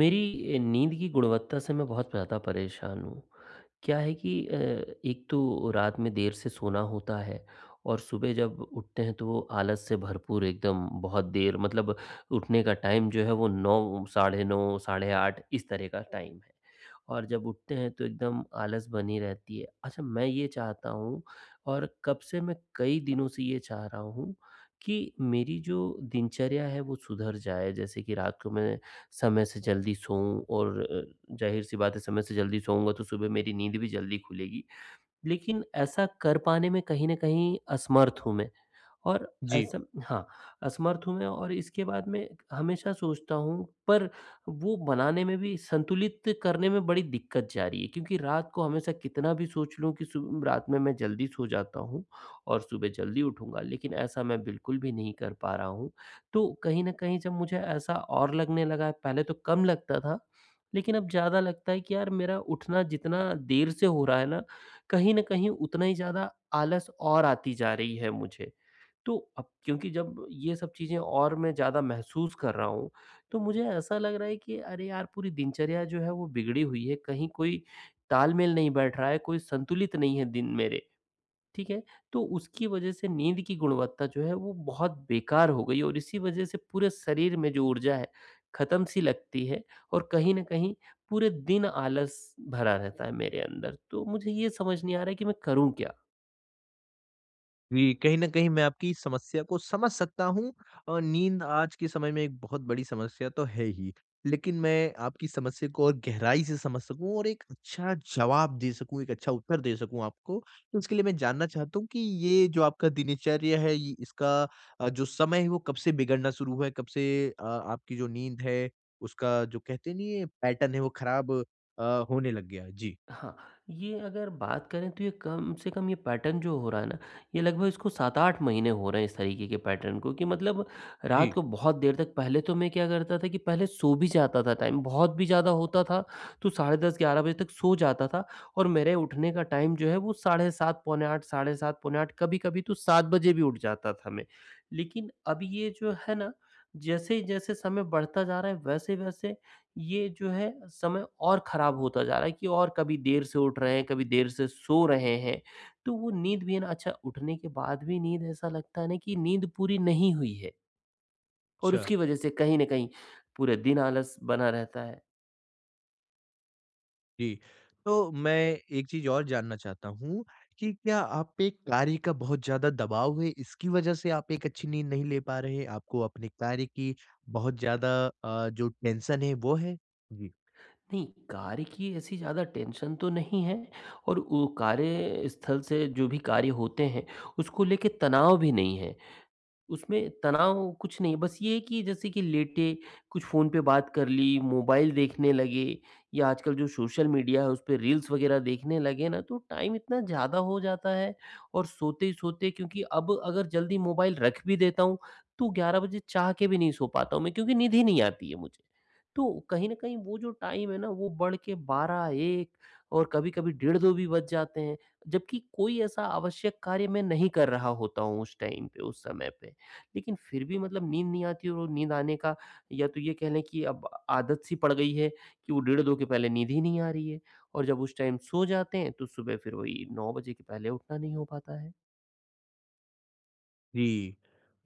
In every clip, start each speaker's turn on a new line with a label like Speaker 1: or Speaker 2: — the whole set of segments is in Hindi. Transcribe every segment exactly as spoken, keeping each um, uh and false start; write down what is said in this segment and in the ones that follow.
Speaker 1: मेरी नींद की गुणवत्ता से मैं बहुत ज़्यादा परेशान हूँ। क्या है कि अ, एक तो रात में देर से सोना होता है, और सुबह जब उठते हैं तो वो आलस से भरपूर, एकदम बहुत देर, मतलब उठने का टाइम जो है वो नौ, साढ़े नौ, साढ़े आठ, इस तरह का टाइम है। और जब उठते हैं तो एकदम आलस बनी रहती है। अच्छा, मैं ये चाहता हूँ, और कब से मैं कई दिनों से ये चाह रहा हूँ कि मेरी जो दिनचर्या है वो सुधर जाए। जैसे कि रात को मैं समय से जल्दी सोऊँ, और अ, ज़ाहिर-सी बात है, समय से जल्दी सोऊँगा तो सुबह मेरी नींद भी जल्दी खुलेगी। लेकिन ऐसा कर पाने में कहीं न कहीं असमर्थ हूँ मैं। और
Speaker 2: जी।
Speaker 1: ऐसा, हाँ, असमर्थ हूँ मैं, और इसके बाद में हमेशा सोचता हूँ, पर वो बनाने में भी, संतुलित करने में बड़ी दिक्कत जा रही है, क्योंकि रात को हमेशा कितना भी सोच लूँ कि सु रात में मैं जल्दी सो जाता हूँ और सुबह जल्दी उठूँगा, लेकिन ऐसा मैं बिल्कुल भी नहीं कर पा रहा हूँ। तो कहीं न कहीं जब मुझे ऐसा और लगने लगा है, पहले तो कम लगता था, लेकिन अब ज़्यादा लगता है कि यार, मेरा उठना जितना देर से हो रहा है ना, कहीं न कहीं उतना ही ज़्यादा आलस और आती जा रही है मुझे। तो अब क्योंकि जब ये सब चीज़ें और मैं ज़्यादा महसूस कर रहा हूँ, तो मुझे ऐसा लग रहा है कि अरे यार, पूरी दिनचर्या जो है वो बिगड़ी हुई है, कहीं कोई तालमेल नहीं बैठ रहा है, कोई संतुलित नहीं है दिन मेरे, ठीक है? तो उसकी वजह से नींद की गुणवत्ता जो है वो बहुत बेकार हो गई, और इसी वजह से पूरे शरीर में जो ऊर्जा है, ख़त्म सी लगती है, और कहीं न कहीं पूरे दिन आलस भरा रहता है मेरे अंदर। तो मुझे ये समझ नहीं आ रहा है कि मैं करूँ क्या?
Speaker 2: जी, कहीं न कहीं मैं आपकी समस्या को समझ सकता हूँ और नींद आज के समय में एक बहुत बड़ी समस्या तो है ही। लेकिन मैं आपकी समस्या को और गहराई से समझ सकूँ और एक अच्छा जवाब दे सकूँ, एक अच्छा उत्तर दे सकूँ आपको, तो इसके लिए मैं जानना चाहता हूँ कि ये जो आपका दिनचर्या है ये इसका अ, जो समय है वो कब से बिगड़ना शुरू हुआ है? कब से अ, आपकी जो नींद है उसका जो कहते नहीं है पैटर्न है वो खराब अ, होने लग गया है? जी।
Speaker 1: हाँ, ये अगर बात करें तो ये कम से कम, ये पैटर्न जो हो रहा है ना, ये लगभग, इसको सात आठ महीने हो रहे हैं इस तरीके के पैटर्न को कि मतलब रात
Speaker 2: जी,
Speaker 1: को बहुत देर तक, पहले तो मैं क्या करता था कि पहले सो भी जाता था, टाइम बहुत भी ज़्यादा होता था, तो साढ़े दस ग्यारह बजे तक सो जाता था, और मेरे उठने का टाइम जो है वो साढ़े सात, पौने आठ, साढ़े सात, पौने आठ, कभी-कभी तो सात बजे भी उठ जाता था मैं। लेकिन अब ये जो है ना, जैसे-जैसे समय बढ़ता जा रहा है वैसे-वैसे ये जो है समय और ख़राब होता जा रहा है कि और कभी देर से उठ रहे हैं, कभी देर से सो रहे हैं। तो वो नींद भी है ना, अच्छा, उठने के बाद भी नींद ऐसा लगता है ना कि नींद पूरी नहीं हुई है, और
Speaker 2: अच्छा।
Speaker 1: उसकी वज़ह से कहीं न कहीं पूरे दिन आलस बना रहता है।
Speaker 2: जी, तो मैं एक चीज़ और जानना चाहता हूँ कि क्या आप पे कार्य का बहुत ज़्यादा दबाव है, इसकी वज़ह से आप एक अच्छी नींद नहीं ले पा रहे हैं? आपको अपने कार्य की बहुत ज़्यादा अ, जो टेंशन है वो है? जी।
Speaker 1: नहीं, कार्य की ऐसी ज़्यादा टेंशन तो नहीं है, और वो कार्यस्थल से जो भी कार्य होते हैं उसको लेके तनाव भी नहीं है। उसमें तनाव कुछ नहीं, बस ये है कि जैसे कि लेटे, कुछ फ़ोन पे बात कर ली, मोबाइल देखने लगे, या आजकल जो सोशल मीडिया है, उसपे रील्स वगैरह देखने लगे ना, तो टाइम इतना ज़्यादा हो जाता है, और सोते ही सोते, क्योंकि अब अगर जल्दी मोबाइल रख भी देता हूँ, तो ग्यारह बजे चाह के भी नहीं सो पाता हूँ मैं, क्योंकि नींद ही नहीं आती है मुझे। तो कहीं न कहीं वो जो टाइम है ना वो बढ़ के बारह एक, और कभी-कभी डेढ़ दो भी बज जाते हैं। जबकि कोई ऐसा आवश्यक कार्य मैं नहीं कर रहा होता हूँ उस टाइम पे, उस समय पे। लेकिन फिर भी मतलब नींद नहीं आती, और वो नींद आने का, या तो ये कह लें कि अब आदत सी पड़ गई है, कि वो डेढ़ दो के पहले नींद ही नहीं आ रही है। और जब उस टाइम सो जाते हैं तो सुबह फिर वही नौ बजे के पहले उठना नहीं हो पाता है।
Speaker 2: जी।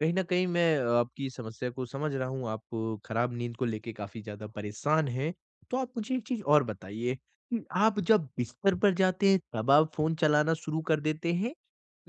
Speaker 2: कहीं न कहीं मैं अ, आपकी समस्या को समझ रहा हूँ, आप खराब नींद को लेके काफ़ी ज़्यादा परेशान हैं। तो आप मुझे एक चीज़ और बताइए कि आप जब बिस्तर पर जाते हैं, तब आप फ़ोन चलाना शुरू कर देते हैं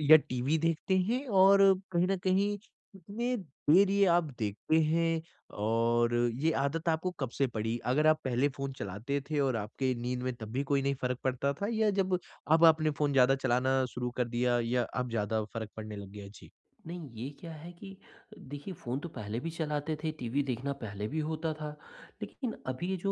Speaker 2: या टीवी देखते हैं? और कहीं न कहीं कितने देर ये आप देखते हैं और ये आदत आपको कब से पड़ी? अगर आप पहले फ़ोन चलाते थे और आपके नींद में तब भी कोई नहीं फ़र्क पड़ता था या जब अब आपने फ़ोन ज़्यादा चलाना शुरू कर दिया या अब ज़्यादा फ़र्क पड़ने लग गया? जी।
Speaker 1: नहीं, ये क्या है कि, देखिए, फ़ोन तो पहले भी चलाते थे, टीवी देखना पहले भी होता था, लेकिन अभी ये जो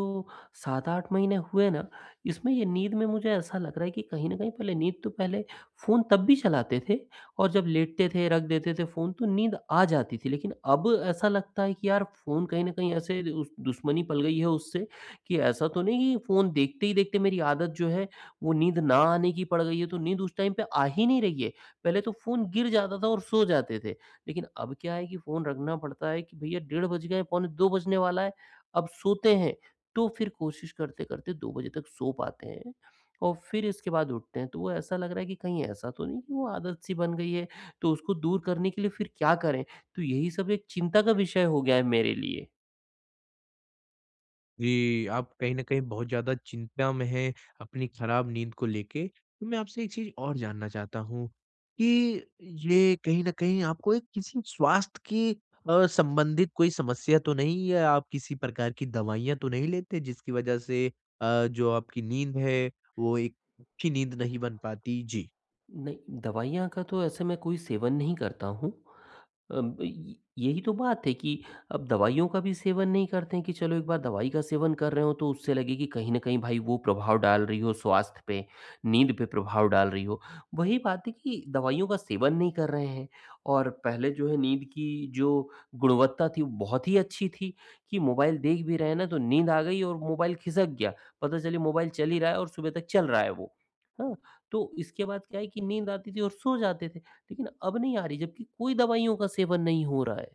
Speaker 1: सात आठ महीने हुए ना, इसमें ये नींद में मुझे ऐसा लग रहा है कि कहीं न कहीं, पहले नींद तो, पहले फ़ोन तब भी चलाते थे, और जब लेटते थे, रख देते थे फ़ोन, तो नींद आ जाती थी। लेकिन अब ऐसा लगता है कि यार फ़ोन कहीं न कहीं ऐसे उस दुश्मनी पल गई है उससे, कि ऐसा तो नहीं कि फ़ोन देखते ही देखते मेरी आदत जो है, वो नींद ना आने की पड़ गई है, तो नींद उस टाइम पे आ ही नहीं रही है। पहले तो फ़ोन गिर जाता था और सो जाते थे। लेकिन अब क्या है कि फ़ोन रखना पड़ता है कि भैया डेढ़ बज गए, पौने दो बजने वाला है, अब सोते हैं। तो फिर कोशिश करते-करते दो बजे तक सो पाते हैं, और फिर इसके बाद उठते हैं। तो वो ऐसा लग रहा है कि कहीं ऐसा तो नहीं कि वो आदत-सी बन गई है, तो उसको दूर करने के लिए फिर क्या करें? तो यही सब एक चिंता का विषय हो गया है मेरे लिए।
Speaker 2: जी, आप कहीं न कहीं बहुत ज़्यादा चिंता में हैं अपनी खराब नींद को लेके। तो मैं आपसे एक चीज़ और जानना चाहता हूँ कि ये कहीं न कहीं आपको एक किसी स्वास्थ्य की अ, संबंधित कोई समस्या तो नहीं है? आप किसी प्रकार की दवाइयाँ तो नहीं लेते जिसकी वजह से अ, जो आपकी नींद है वो एक अच्छी नींद नहीं बन पाती? जी।
Speaker 1: नहीं, दवाइयाँ का तो ऐसे मैं कोई सेवन नहीं करता हूँ। अब य यही तो बात है कि अब दवाइयों का भी सेवन नहीं करते हैं, कि चलो एक बार दवाई का सेवन कर रहे हो, तो उससे लगे कि कहीं न कहीं भाई वो प्रभाव डाल रही हो स्वास्थ्य पे, नींद पे प्रभाव डाल रही हो। वही बात है कि दवाइयों का सेवन नहीं कर रहे हैं, और पहले जो है नींद की जो गुणवत्ता थी वो बहुत ही अच्छी थी, कि मोबाइल देख भी रहे हैं ना, तो नींद आ गई और मोबाइल खिसक गया। पता चले मोबाइल चल ही रहा है, और सुबह तक चल रहा है वो। हाँ? तो इसके बाद क्या है कि नींद आती थी और सो जाते थे, लेकिन अब नहीं आ रही, जबकि कोई दवाइयों का सेवन नहीं हो रहा है।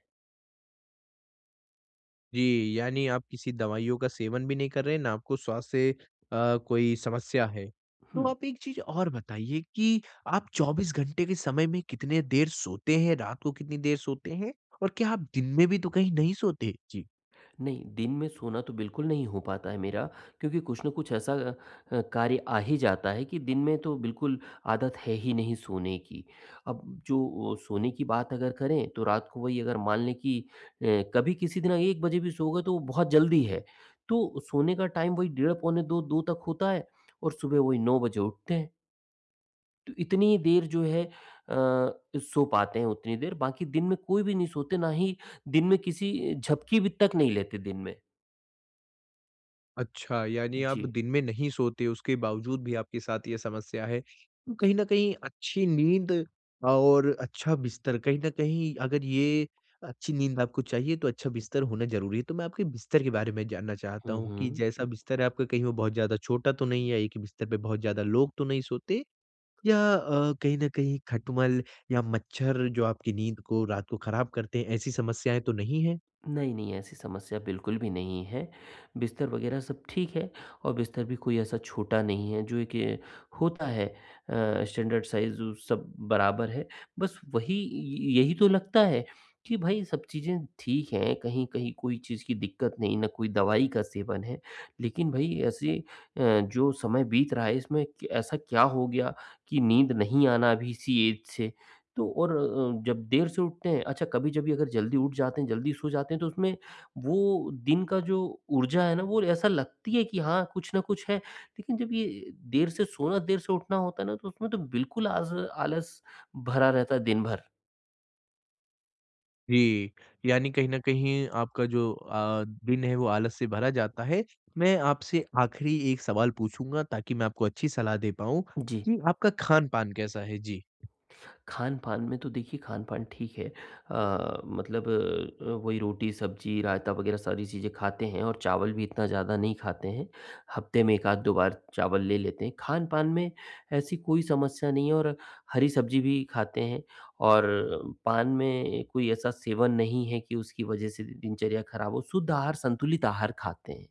Speaker 2: जी, यानी आप किसी दवाइयों का सेवन भी नहीं कर रहे, ना आपको श्वास से अ, कोई समस्या है।
Speaker 1: हुँ।
Speaker 2: तो आप एक चीज़ और बताइए कि आप चौबीस घंटे के समय में कितने देर सोते हैं, रात को कितनी देर सोते हैं और क्या आप दिन में भी तो कहीं नहीं सोते? जी।
Speaker 1: नहीं, दिन में सोना तो बिल्कुल नहीं हो पाता है मेरा, क्योंकि कुछ न कुछ ऐसा अ, कार्य आ ही जाता है कि दिन में तो बिल्कुल आदत है ही नहीं सोने की। अब जो अ, सोने की बात अगर करें तो रात को, वही अगर मान लें कि अ, कभी किसी दिन एक बजे भी सो गए तो वो बहुत जल्दी है। तो सोने का टाइम वही डेढ़, पौने दो, दो तक होता है, और सुबह वही नौ बजे उठते हैं। तो इतनी देर जो है, अ, सो पाते हैं उतनी देर, बाकी दिन में कोई भी नहीं सोते, ना ही दिन में किसी झपकी भी तक नहीं लेते दिन में।
Speaker 2: अच्छा, यानी आप
Speaker 1: जी।
Speaker 2: दिन में नहीं सोते, उसके बावजूद भी आपके साथ ये समस्या है। तो कहीं न कहीं अच्छी नींद और अच्छा बिस्तर कहीं न कहीं अगर ये अच्छी नींद आपको चाहिए तो अच्छा बिस्तर होना ज़रूरी है। तो मैं आपके बिस्तर के बारे में जानना चाहता
Speaker 1: हुँ,
Speaker 2: हूँ कि जैसा
Speaker 1: हुँ।
Speaker 2: बिस्तर है आपका कहीं वो बहुत ज़्यादा छोटा तो नहीं है? एक ही बिस्तर पे बहुत ज़्यादा लोग तो नहीं सोते? या अ, कहीं न कहीं खटमल या मच्छर जो आपकी नींद को रात को खराब करते हैं, ऐसी समस्याएँ तो नहीं हैं?
Speaker 1: नहीं, नहीं, ऐसी समस्या बिल्कुल भी नहीं है। बिस्तर वग़ैरह सब ठीक है, और बिस्तर भी कोई ऐसा छोटा नहीं है, जो एक ए, होता है अ, स्टैंडर्ड साइज़, उ सब बराबर है। बस वही य यही तो लगता है कि भई सब चीज़ें ठीक हैं, कहीं-कहीं कोई चीज़ की दिक्कत नहीं, ना कोई दवाई का सेवन है। लेकिन भई ऐसे अ, जो समय बीत रहा है, इसमें क ऐसा क्या हो गया कि नींद नहीं आना अभी इसी एज से? तो और अ, जब देर से उठते हैं, अच्छा, कभी-कभी अगर जल्दी उठ जाते हैं, जल्दी सो जाते हैं, तो उसमें वो दिन का जो ऊर्जा है ना, वो ऐसा लगती है कि हाँ, कुछ ना कुछ है। लेकिन जब ये देर से सोना, देर से उठना होता है ना, तो उसमें तो बिल्कुल आज़ आलस भरा रहता है दिन भर।
Speaker 2: जी, यानी कहीं न कहीं आपका जो अ, दिन है वो आलस से भरा जाता है। मैं आपसे आखिरी एक सवाल पूछूँगा ताकि मैं आपको अच्छी सलाह दे पाऊँ
Speaker 1: जी।
Speaker 2: कि आपका खान-पान कैसा है? जी।
Speaker 1: खान-पान में, तो देखिए, खान-पान ठीक है। अ, मतलब अ, वही रोटी, सब्ज़ी, रायता वग़ैरह सारी चीज़ें खाते हैं, और चावल भी इतना ज़्यादा नहीं खाते हैं। हफ़्ते में एक आध दो बार चावल ले लेते हैं। खान-पान में ऐसी कोई समस्या नहीं है, और हरी सब्ज़ी भी खाते हैं, और पान में कोई ऐसा सेवन नहीं है कि उसकी वज़ह से दिनचर्या ख़राब हो। शुद्ध आहार, संतुलित आहार खाते हैं।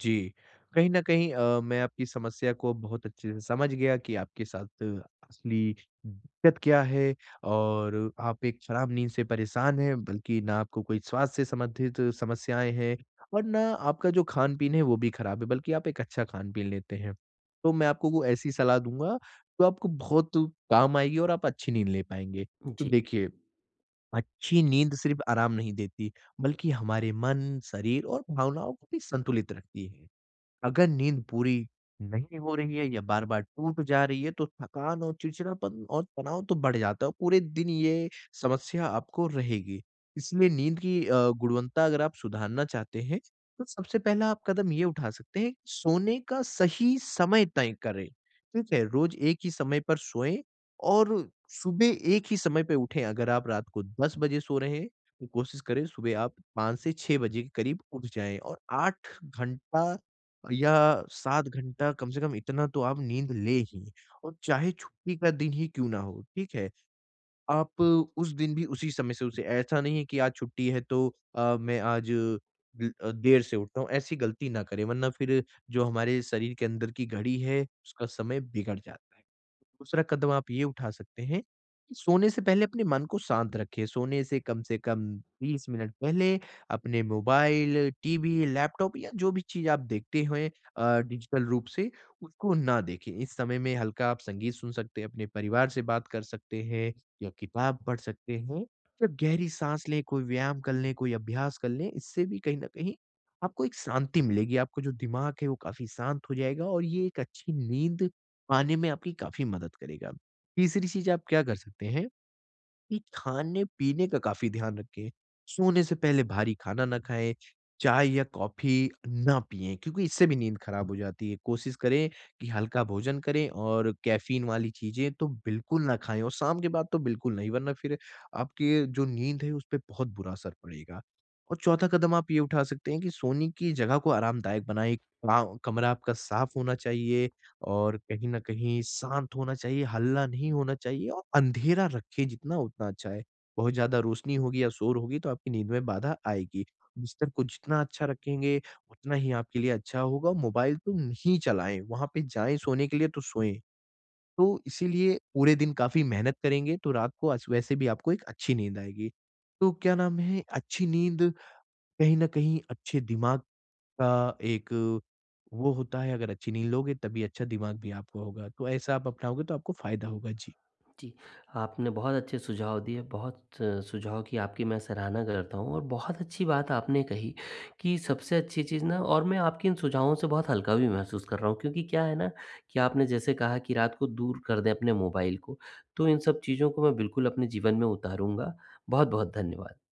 Speaker 2: जी। कहीं न कहीं अ, मैं आपकी समस्या को बहुत अच्छे से समझ गया कि आपके साथ असली दिक्कत क्या है और आप एक खराब नींद से परेशान हैं, बल्कि ना आपको कोई स्वास्थ्य से संबंधित समस्याएँ हैं और ना आपका जो खान-पीन है वो भी खराब है, बल्कि आप एक अच्छा खान-पीन लेते हैं। तो मैं आपको वो ऐसी सलाह दूँगा, जो आपको बहुत काम आएगी और आप अच्छी नींद ले पाएँगे। तो
Speaker 1: जी।
Speaker 2: देखिए, अच्छी नींद सिर्फ़ आराम नहीं देती, बल्कि हमारे मन, शरीर और भावनाओं को भी संतुलित रखती है। अगर नींद पूरी नहीं हो रही है या बार-बार टूट जा रही है, तो थकान और चिड़चिड़ापन और तनाव तो बढ़ जाता है, पूरे दिन ये समस्या आपको रहेगी। इसलिए नींद की अ, गुणवत्ता अगर आप सुधारना चाहते हैं, तो सबसे पहला आप कदम ये उठा सकते हैं, कि सोने का सही समय तय करें, ठीक है? रोज़ एक ही समय पर सोएँ और सुबह एक ही समय पे उठें। अगर आप रात को दस बजे सो रहे हैं, तो कोशिश करें सुबह आप पाँच से छह बजे के करीब उठ जाएँ और आठ घंटा या सात घंटा कम से कम इतना तो आप नींद लें ही और चाहे छुट्टी का दिन ही क्यों ना हो, ठीक है? आप उस दिन भी उसी समय से उसे ऐसा नहीं है कि आज छुट्टी है तो अ, मैं आज ल अ, देर से उठता हूँ, ऐसी गलती ना करें वरना फिर जो हमारे शरीर के अंदर की घड़ी है, उसका समय बिगड़ जाता है। दूसरा कदम आप ये उठा सकते हैं कि सोने से पहले अपने मन को शांत रखें, सोने से कम से कम बीस मिनट पहले अपने मोबाइल, टीवी, लैपटॉप या जो भी चीज़ आप देखते हैं अ, डिजिटल रूप से उसको ना देखें। इस समय में हल्का आप संगीत सुन सकते हैं, अपने परिवार से बात कर सकते हैं। या किताब पढ़ सकते हैं या गहरी साँस लें, कोई व्यायाम कर लें, कोई अभ्यास कर लें। इससे भी कहीं न कहीं आपको एक शांति मिलेगी, आपका जो दिमाग है वो काफ़ी शांत हो जाएगा और ये एक अच्छी नींद पाने में आपकी काफ़ी मदद करेगा। तीसरी चीज़ आप क्या कर सकते हैं कि खाने-पीने का काफ़ी ध्यान रखें। सोने से पहले भारी खाना ना खाएँ, चाय या कॉफ़ी ना पिएँ क्योंकि इससे भी नींद खराब हो जाती है। कोशिश करें कि हल्का भोजन करें और कैफ़ीन वाली चीज़ें तो बिल्कुल ना खाएँ और शाम के बाद तो बिल्कुल नहीं वरना फिर आपकी जो नींद है उस पे बहुत बुरा असर पड़ेगा। और चौथा कदम आप ये उठा सकते हैं कि सोने की जगह को आरामदायक बनाएँ। का कमरा आपका साफ़ होना चाहिए और कहीं न कहीं शांत होना चाहिए, हल्ला नहीं होना चाहिए और अंधेरा रखें जितना उतना अच्छा है। बहुत ज़्यादा रोशनी होगी या शोर होगी तो आपकी नींद में बाधा आएगी। बिस्तर को जितना अच्छा रखेंगे, उतना ही आपके लिए अच्छा होगा। मोबाइल तो नहीं चलाएँ, वहाँ पे जाएँ सोने के लिए तो सोएँ। तो इसीलिए पूरे दिन काफ़ी मेहनत करेंगे तो रात को अस वैसे भी आपको एक अच्छी नींद आएगी। तो क्या नाम है, अच्छी नींद कहीं न कहीं अच्छे दिमाग का एक वो होता है अगर अच्छी नींद लोगे तभी अच्छा दिमाग भी आपको होगा। तो ऐसा आप अपनाओगे तो आपको फ़ायदा होगा। जी।
Speaker 1: जी, आपने बहुत अच्छे सुझाव दिए, बहुत अ, सुझाव की आपकी मैं सराहना करता हूँ, और बहुत अच्छी बात आपने कही कि सबसे अच्छी चीज़ ना, और मैं आपके इन सुझावों से बहुत हल्का भी महसूस कर रहा हूँ, क्योंकि क्या है ना कि आपने जैसे कहा कि रात को दूर कर दें अपने मोबाइल को, तो इन सब चीज़ों को मैं बिल्कुल अपने जीवन में उतारूँगा। बहुत-बहुत धन्यवाद।